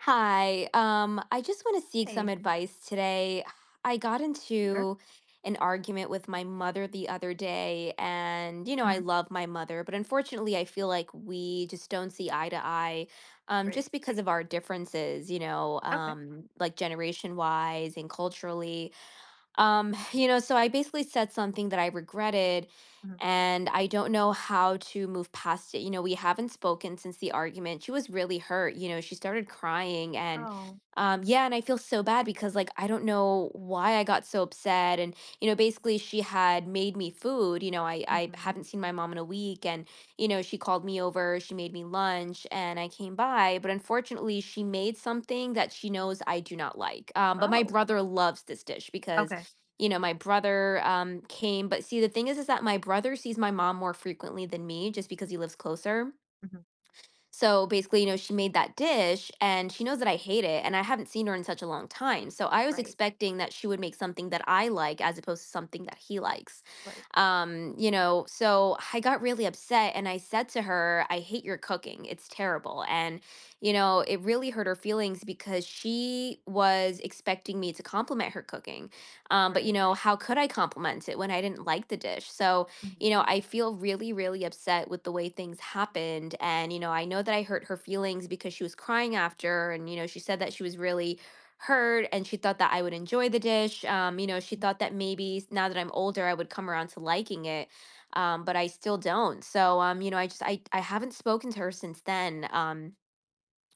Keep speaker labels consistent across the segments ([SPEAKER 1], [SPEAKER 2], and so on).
[SPEAKER 1] Hi. I just want to seek some
[SPEAKER 2] Hey.
[SPEAKER 1] advice today. I got
[SPEAKER 2] Sure.
[SPEAKER 1] into an argument with my mother the other day, and you know, I
[SPEAKER 2] Mhm.
[SPEAKER 1] love my mother, but unfortunately, I feel like we just don't see eye to eye,
[SPEAKER 2] Great.
[SPEAKER 1] just because of our differences, you know,
[SPEAKER 2] Okay.
[SPEAKER 1] like generation wise and culturally. You know, so I basically said something that I regretted,
[SPEAKER 2] Mhm.
[SPEAKER 1] and I don't know how to move past it. You know, we haven't spoken since the argument. She was really hurt. You know, she started crying, and
[SPEAKER 2] Oh.
[SPEAKER 1] yeah, and I feel so bad because, like, I don't know why I got so upset. And, you know, basically, she had made me food. You know, I
[SPEAKER 2] Mhm.
[SPEAKER 1] haven't seen my mom in a week, and, you know, she called me over, she made me lunch, and I came by. But unfortunately, she made something that she knows I do not like. But my
[SPEAKER 2] Oh,
[SPEAKER 1] brother loves this dish because
[SPEAKER 2] okay.
[SPEAKER 1] you know, my brother came. But see, the thing is that my brother sees my mom more frequently than me just because he lives closer.
[SPEAKER 2] Mhm.
[SPEAKER 1] So basically, you know, she made that dish and she knows that I hate it and I haven't seen her in such a long time. So I was
[SPEAKER 2] Right.
[SPEAKER 1] expecting that she would make something that I like as opposed to something that he likes.
[SPEAKER 2] Right.
[SPEAKER 1] You know, so I got really upset and I said to her, I hate your cooking. It's terrible. And, you know, it really hurt her feelings because she was expecting me to compliment her cooking. But, you
[SPEAKER 2] Right.
[SPEAKER 1] know, how could I compliment it when I didn't like the dish? So,
[SPEAKER 2] Mhm.
[SPEAKER 1] you know, I feel really, really upset with the way things happened. And, you know, I know that I hurt her feelings because she was crying after. And, you know, she said that she was really hurt and she thought that I would enjoy the dish. You know, she
[SPEAKER 2] Mhm.
[SPEAKER 1] thought that maybe now that I'm older, I would come around to liking it. But I still don't. So, you know, I just, I haven't spoken to her since then.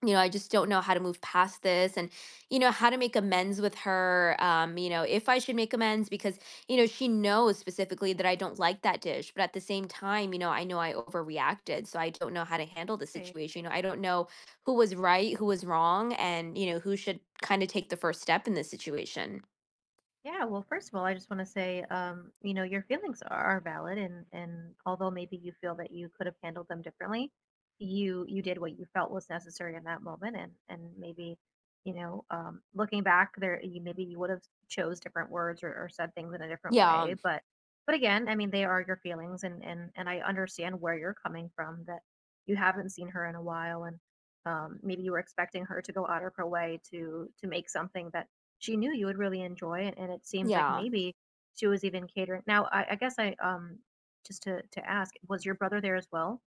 [SPEAKER 1] You know, I just don't know how to move past this and, you know, how to make amends with her. You know, if I should make amends because, you know, she knows specifically that I don't like that dish. But at the same time, you know I overreacted. So I don't know how to handle the situation. You know, I don't know who was right, who was wrong, and, you know, who should kind of take the first step in this situation.
[SPEAKER 2] Yeah, well, first of all, I just want to say, you know, your feelings are valid, and although maybe you feel that you could have handled them differently, you did what you felt was necessary in that moment, and maybe, you know, looking back, there you maybe you would have chose different words or said things in a different
[SPEAKER 1] Yeah.
[SPEAKER 2] way, but again, I mean, they are your feelings, and I understand where you're coming from that you haven't seen her in a while, and maybe you were expecting her to go out of her way to make something that she knew you would really enjoy it, and it seems like
[SPEAKER 1] Yeah.
[SPEAKER 2] maybe she was even catering now, I guess I just to ask, was your brother there as well?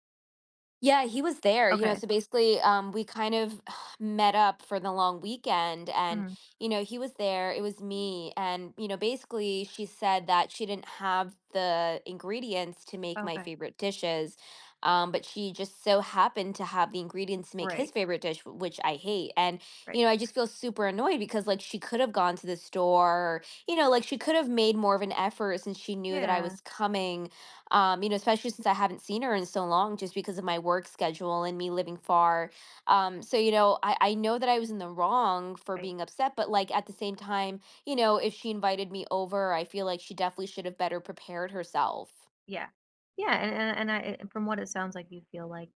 [SPEAKER 1] Yeah, he was there, you know,
[SPEAKER 2] Okay.
[SPEAKER 1] so basically, we kind of met up for the long weekend and,
[SPEAKER 2] Mhm.
[SPEAKER 1] you know, he was there, it was me, and, you know, basically she said that she didn't have the ingredients to make my
[SPEAKER 2] Okay.
[SPEAKER 1] favorite dishes, but she just so happened to have the ingredients to make his
[SPEAKER 2] Right,
[SPEAKER 1] favorite dish, which I hate. And,
[SPEAKER 2] right.
[SPEAKER 1] you know, I just feel super annoyed because like she could have gone to the store, or, you know, like she could have made more of an effort since she knew that I
[SPEAKER 2] Yeah,
[SPEAKER 1] was coming you know, especially since I haven't seen her in so long just because of my work schedule and me living far. So, you know, I know that I was in the wrong for
[SPEAKER 2] right.
[SPEAKER 1] being upset, but like at the same time, you know, if she invited me over, I feel like she definitely should have better prepared herself.
[SPEAKER 2] Yeah. Yeah, and I and from what it sounds like, you feel like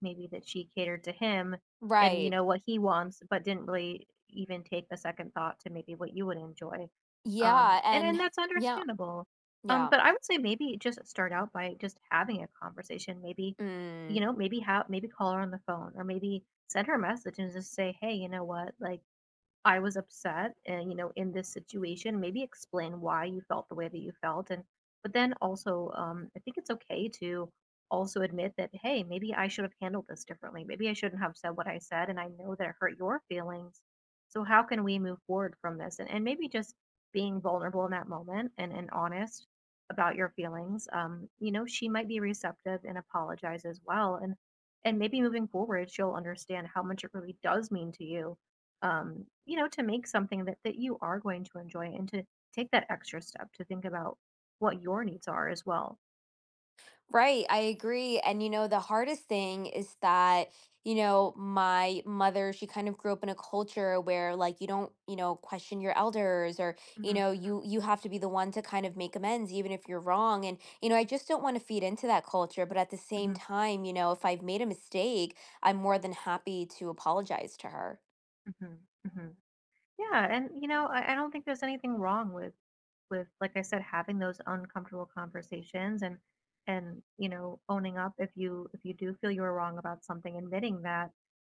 [SPEAKER 2] maybe that she catered to him and you
[SPEAKER 1] Right.
[SPEAKER 2] know what he wants but didn't really even take a second thought to maybe what you would enjoy
[SPEAKER 1] Yeah.
[SPEAKER 2] and
[SPEAKER 1] And
[SPEAKER 2] that's
[SPEAKER 1] yeah.
[SPEAKER 2] understandable
[SPEAKER 1] Yeah.
[SPEAKER 2] but I would say maybe just start out by just having a conversation maybe
[SPEAKER 1] Mm.
[SPEAKER 2] you know maybe have maybe call her on the phone or maybe send her a message and just say hey, you know what, like I was upset and you know in this situation maybe explain why you felt the way that you felt and but then also I think it's okay to also admit that hey maybe I should have handled this differently, maybe I shouldn't have said what I said and I know that it hurt your feelings, so how can we move forward from this and maybe just being vulnerable in that moment and honest about your feelings you know she might be receptive and apologize as well and maybe moving forward she'll understand how much it really does mean to you, you know, to make something that you are going to enjoy and to take that extra step to think about what your needs are as well.
[SPEAKER 1] Right, I agree. And you know, the hardest thing is that, you know, my mother, she kind of grew up in a culture where like you don't, you know, question your elders or, you
[SPEAKER 2] Hmm.
[SPEAKER 1] know, you have to be the one to kind of make amends even if you're wrong. And, you know, I just don't want to feed into that culture, but at the same
[SPEAKER 2] Hmm.
[SPEAKER 1] time, you know, if I've made a mistake, I'm more than happy to apologize to her.
[SPEAKER 2] Hmm. Hmm. Yeah, and you know, I don't think there's anything wrong with like I said, having those uncomfortable conversations and you know, owning up if you do feel you were wrong about something, admitting that.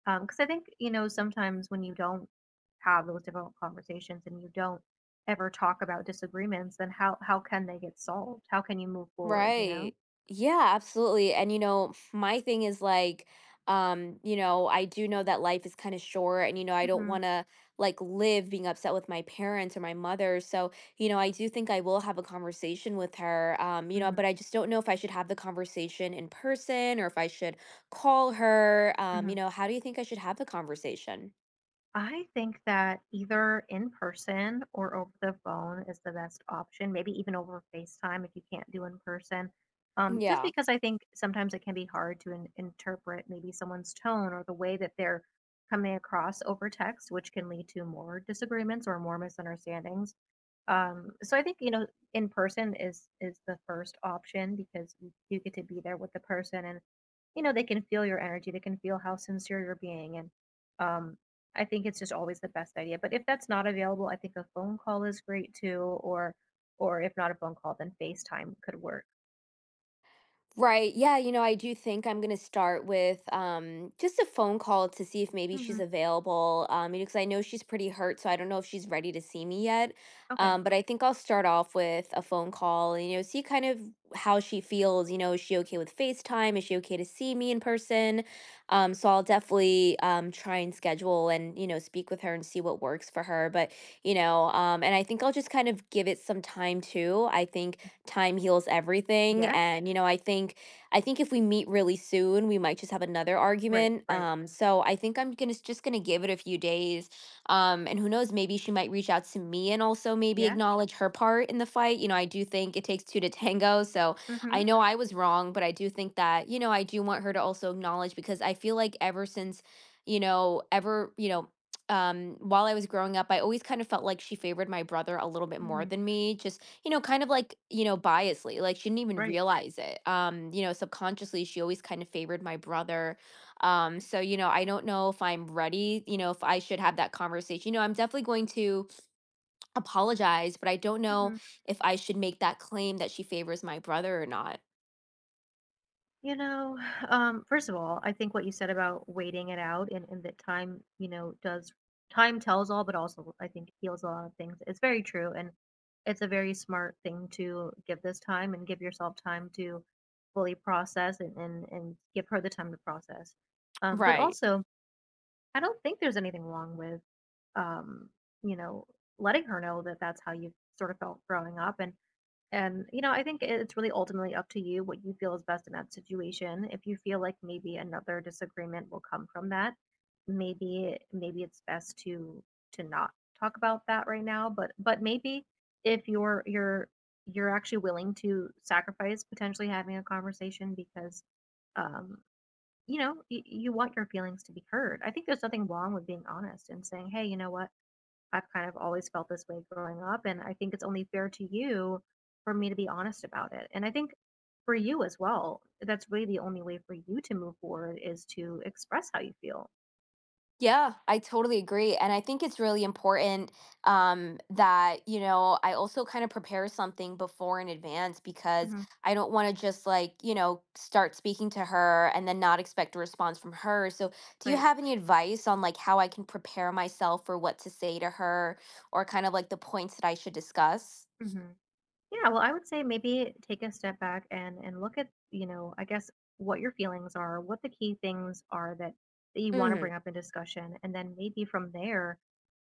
[SPEAKER 2] Because I think, you know, sometimes when you don't have those difficult conversations and you don't ever talk about disagreements, then how can they get solved? How can you move forward, you know?
[SPEAKER 1] Right. Yeah, absolutely. And you know, my thing is like, you know, I do know that life is kind of short and you know, I don't
[SPEAKER 2] Hmm.
[SPEAKER 1] want to like live being upset with my parents or my mother. So, you know, I do think I will have a conversation with her. You know,
[SPEAKER 2] Hmm.
[SPEAKER 1] but I just don't know if I should have the conversation in person or if I should call her. You
[SPEAKER 2] Hmm.
[SPEAKER 1] know, how do you think I should have the conversation?
[SPEAKER 2] I think that either in person or over the phone is the best option, maybe even over FaceTime if you can't do in person. Just
[SPEAKER 1] Yeah.
[SPEAKER 2] because I think sometimes it can be hard to interpret maybe someone's tone or the way that they're coming across over text, which can lead to more disagreements or more misunderstandings. So I think, you know, in person is the first option because you get to be there with the person and you know, they can feel your energy, they can feel how sincere you're being. And um, I think it's just always the best idea. But if that's not available, I think a phone call is great too, or if not a phone call, then FaceTime could work.
[SPEAKER 1] Right. Yeah, you know, I do think I'm going to start with just a phone call to see if maybe
[SPEAKER 2] Hmm.
[SPEAKER 1] she's available. You know, because I know she's pretty hurt, so I don't know if she's ready to see me yet.
[SPEAKER 2] Okay.
[SPEAKER 1] But I think I'll start off with a phone call, you know, see kind of how she feels. You know, is she okay with FaceTime? Is she okay to see me in person? So I'll definitely try and schedule and, you know, speak with her and see what works for her. But, you know, and I think I'll just kind of give it some time too. I think time heals everything.
[SPEAKER 2] Yes.
[SPEAKER 1] And you know, I think if we meet really soon, we might just have another
[SPEAKER 2] Right.
[SPEAKER 1] argument.
[SPEAKER 2] Right.
[SPEAKER 1] So I think I'm gonna just gonna give it a few days. And who knows, maybe she might reach out to me and also maybe
[SPEAKER 2] Yeah.
[SPEAKER 1] acknowledge her part in the fight. You know, I do think it takes two to tango. So
[SPEAKER 2] Hmm.
[SPEAKER 1] I know I was wrong, but I do think that, you know, I do want her to also acknowledge because I feel like ever since, you know, ever, you know, while I was growing up, I always kind of felt like she favored my brother a little bit more
[SPEAKER 2] Hmm.
[SPEAKER 1] than me, just you know, kind of like, you know, biasly, like, she didn't even
[SPEAKER 2] Right.
[SPEAKER 1] realize it. You know, subconsciously, she always kind of favored my brother. So, you know, I don't know if I'm ready, you know, if I should have that conversation. You know, I'm definitely going to apologize, but I don't know
[SPEAKER 2] Hmm.
[SPEAKER 1] if I should make that claim that she favors my brother or not.
[SPEAKER 2] You know, first of all, I think what you said about waiting it out and that time, you know, does time tells all, but also I think heals a lot of things. It's very true. And it's a very smart thing to give this time and give yourself time to fully process and give her the time to process. But
[SPEAKER 1] Right.
[SPEAKER 2] also, I don't think there's anything wrong with, um, you know, letting her know that that's how you sort of felt growing up. And, you know, I think it's really ultimately up to you what you feel is best in that situation. If you feel like maybe another disagreement will come from that, maybe it's best to not talk about that right now, but maybe if you're you're actually willing to sacrifice potentially having a conversation because um you know, you want your feelings to be heard. I think there's nothing wrong with being honest and saying, "Hey, you know what? I've kind of always felt this way growing up, and I think it's only fair to you for me to be honest about it. And I think for you as well, that's really the only way for you to move forward is to express how you feel."
[SPEAKER 1] Yeah, I totally agree. And I think it's really important that, you know, I also kind of prepare something before in advance because
[SPEAKER 2] Mhm.
[SPEAKER 1] I don't want to just like, you know, start speaking to her and then not expect a response from her. So, do you
[SPEAKER 2] Right.
[SPEAKER 1] have any advice on like how I can prepare myself for what to say to her or kind of like the points that I should discuss?
[SPEAKER 2] Mhm. Yeah, well, I would say maybe take a step back and look at, you know, I guess what your feelings are, what the key things are that you want to
[SPEAKER 1] Hmm.
[SPEAKER 2] bring up in discussion, and then maybe from there,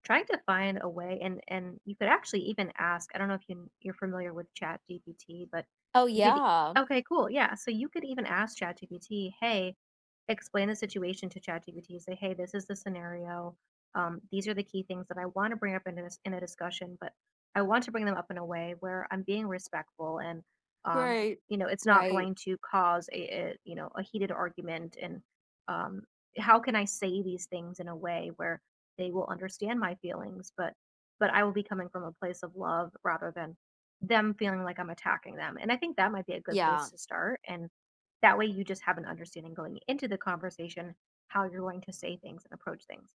[SPEAKER 2] trying to find a way and you could actually even ask. I don't know if you're familiar with Chat GPT, but
[SPEAKER 1] Oh,
[SPEAKER 2] you could
[SPEAKER 1] yeah.
[SPEAKER 2] okay, cool. Yeah, so you could even ask Chat GPT, "Hey, explain the situation to ChatGPT. Say, hey, this is the scenario. These are the key things that I want to bring up in a discussion, but I want to bring them up in a way where I'm being respectful and,
[SPEAKER 1] Right.
[SPEAKER 2] you know, it's not
[SPEAKER 1] Right.
[SPEAKER 2] going to cause a you know, a heated argument. And um, how can I say these things in a way where they will understand my feelings, but I will be coming from a place of love rather than them feeling like I'm attacking them. And I think that might be a good place
[SPEAKER 1] Yeah.
[SPEAKER 2] to start. And that way you just have an understanding going into the conversation how you're going to say things and approach things."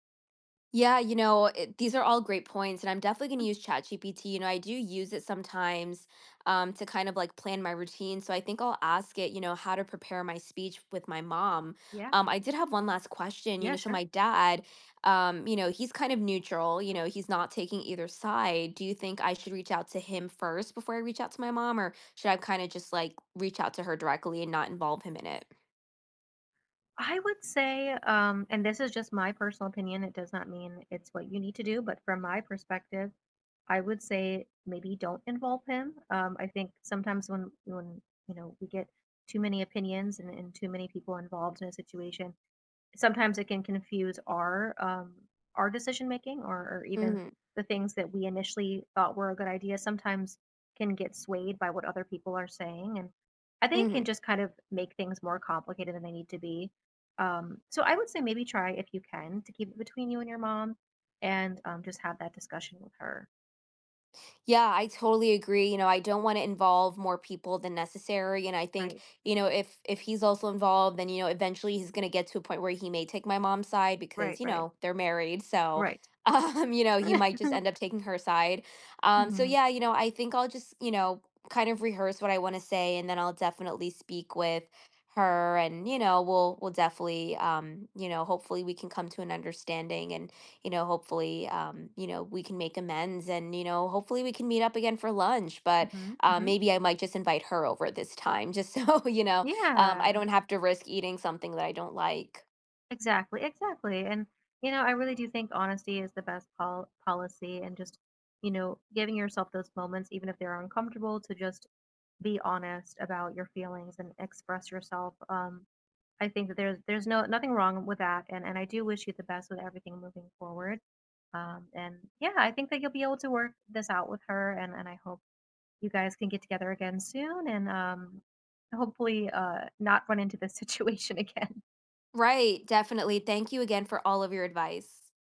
[SPEAKER 1] Yeah, you know, it, these are all great points, and I'm definitely going to
[SPEAKER 2] Mm.
[SPEAKER 1] use ChatGPT. You know, I do use it sometimes to kind of like plan my routine. So I think I'll ask it, you know, how to prepare my speech with my mom.
[SPEAKER 2] Yeah.
[SPEAKER 1] I did have one last question. You
[SPEAKER 2] Yeah,
[SPEAKER 1] know, so
[SPEAKER 2] sure.
[SPEAKER 1] my dad, you know, he's kind of neutral. You know, he's not taking either side. Do you think I should reach out to him first before I reach out to my mom, or should I kind of just like reach out to her directly and not involve him in it?
[SPEAKER 2] I would say, and this is just my personal opinion, it does not mean it's what you need to do, but from my perspective, I would say maybe don't involve him. I think sometimes when you know we get too many opinions and too many people involved in a situation, sometimes it can confuse our decision making or even
[SPEAKER 1] Mm-hmm.
[SPEAKER 2] the things that we initially thought were a good idea sometimes can get swayed by what other people are saying and I think it
[SPEAKER 1] Mm-hmm.
[SPEAKER 2] can just kind of make things more complicated than they need to be, so I would say maybe try if you can to keep it between you and your mom and just have that discussion with her.
[SPEAKER 1] Yeah, I totally agree. You know, I don't want to involve more people than necessary. And I think,
[SPEAKER 2] Right,
[SPEAKER 1] you know, if he's also involved, then, you know, eventually he's gonna get to a point where he may take my mom's side
[SPEAKER 2] right.
[SPEAKER 1] because, you
[SPEAKER 2] Right,
[SPEAKER 1] know, they're married. So
[SPEAKER 2] right.
[SPEAKER 1] you know, he might just end up taking her side. So
[SPEAKER 2] Hmm.
[SPEAKER 1] yeah, you know, I think I'll just, you know, kind of rehearse what I want to say and then I'll definitely speak with her and, you know, we'll definitely you know, hopefully we can come to an understanding and you know, hopefully, you know, we can make amends and, you know, hopefully we can meet up again for lunch. But
[SPEAKER 2] Hmm. Hmm.
[SPEAKER 1] maybe I might just invite her over this time, just so, you know, I
[SPEAKER 2] Yeah.
[SPEAKER 1] don't have to risk eating something that I don't like.
[SPEAKER 2] Exactly, exactly, and, you know, I really do think honesty is the best policy and just, you know, giving yourself those moments, even if they're uncomfortable, to just be honest about your feelings and express yourself, I think that there's no nothing wrong with that, and I do wish you the best with everything moving forward, and, yeah, I think that you'll be able to work this out with her, and I hope you guys can get together again soon and, hopefully, not run into this situation again.
[SPEAKER 1] Right. Definitely. Thank you again for all of your advice.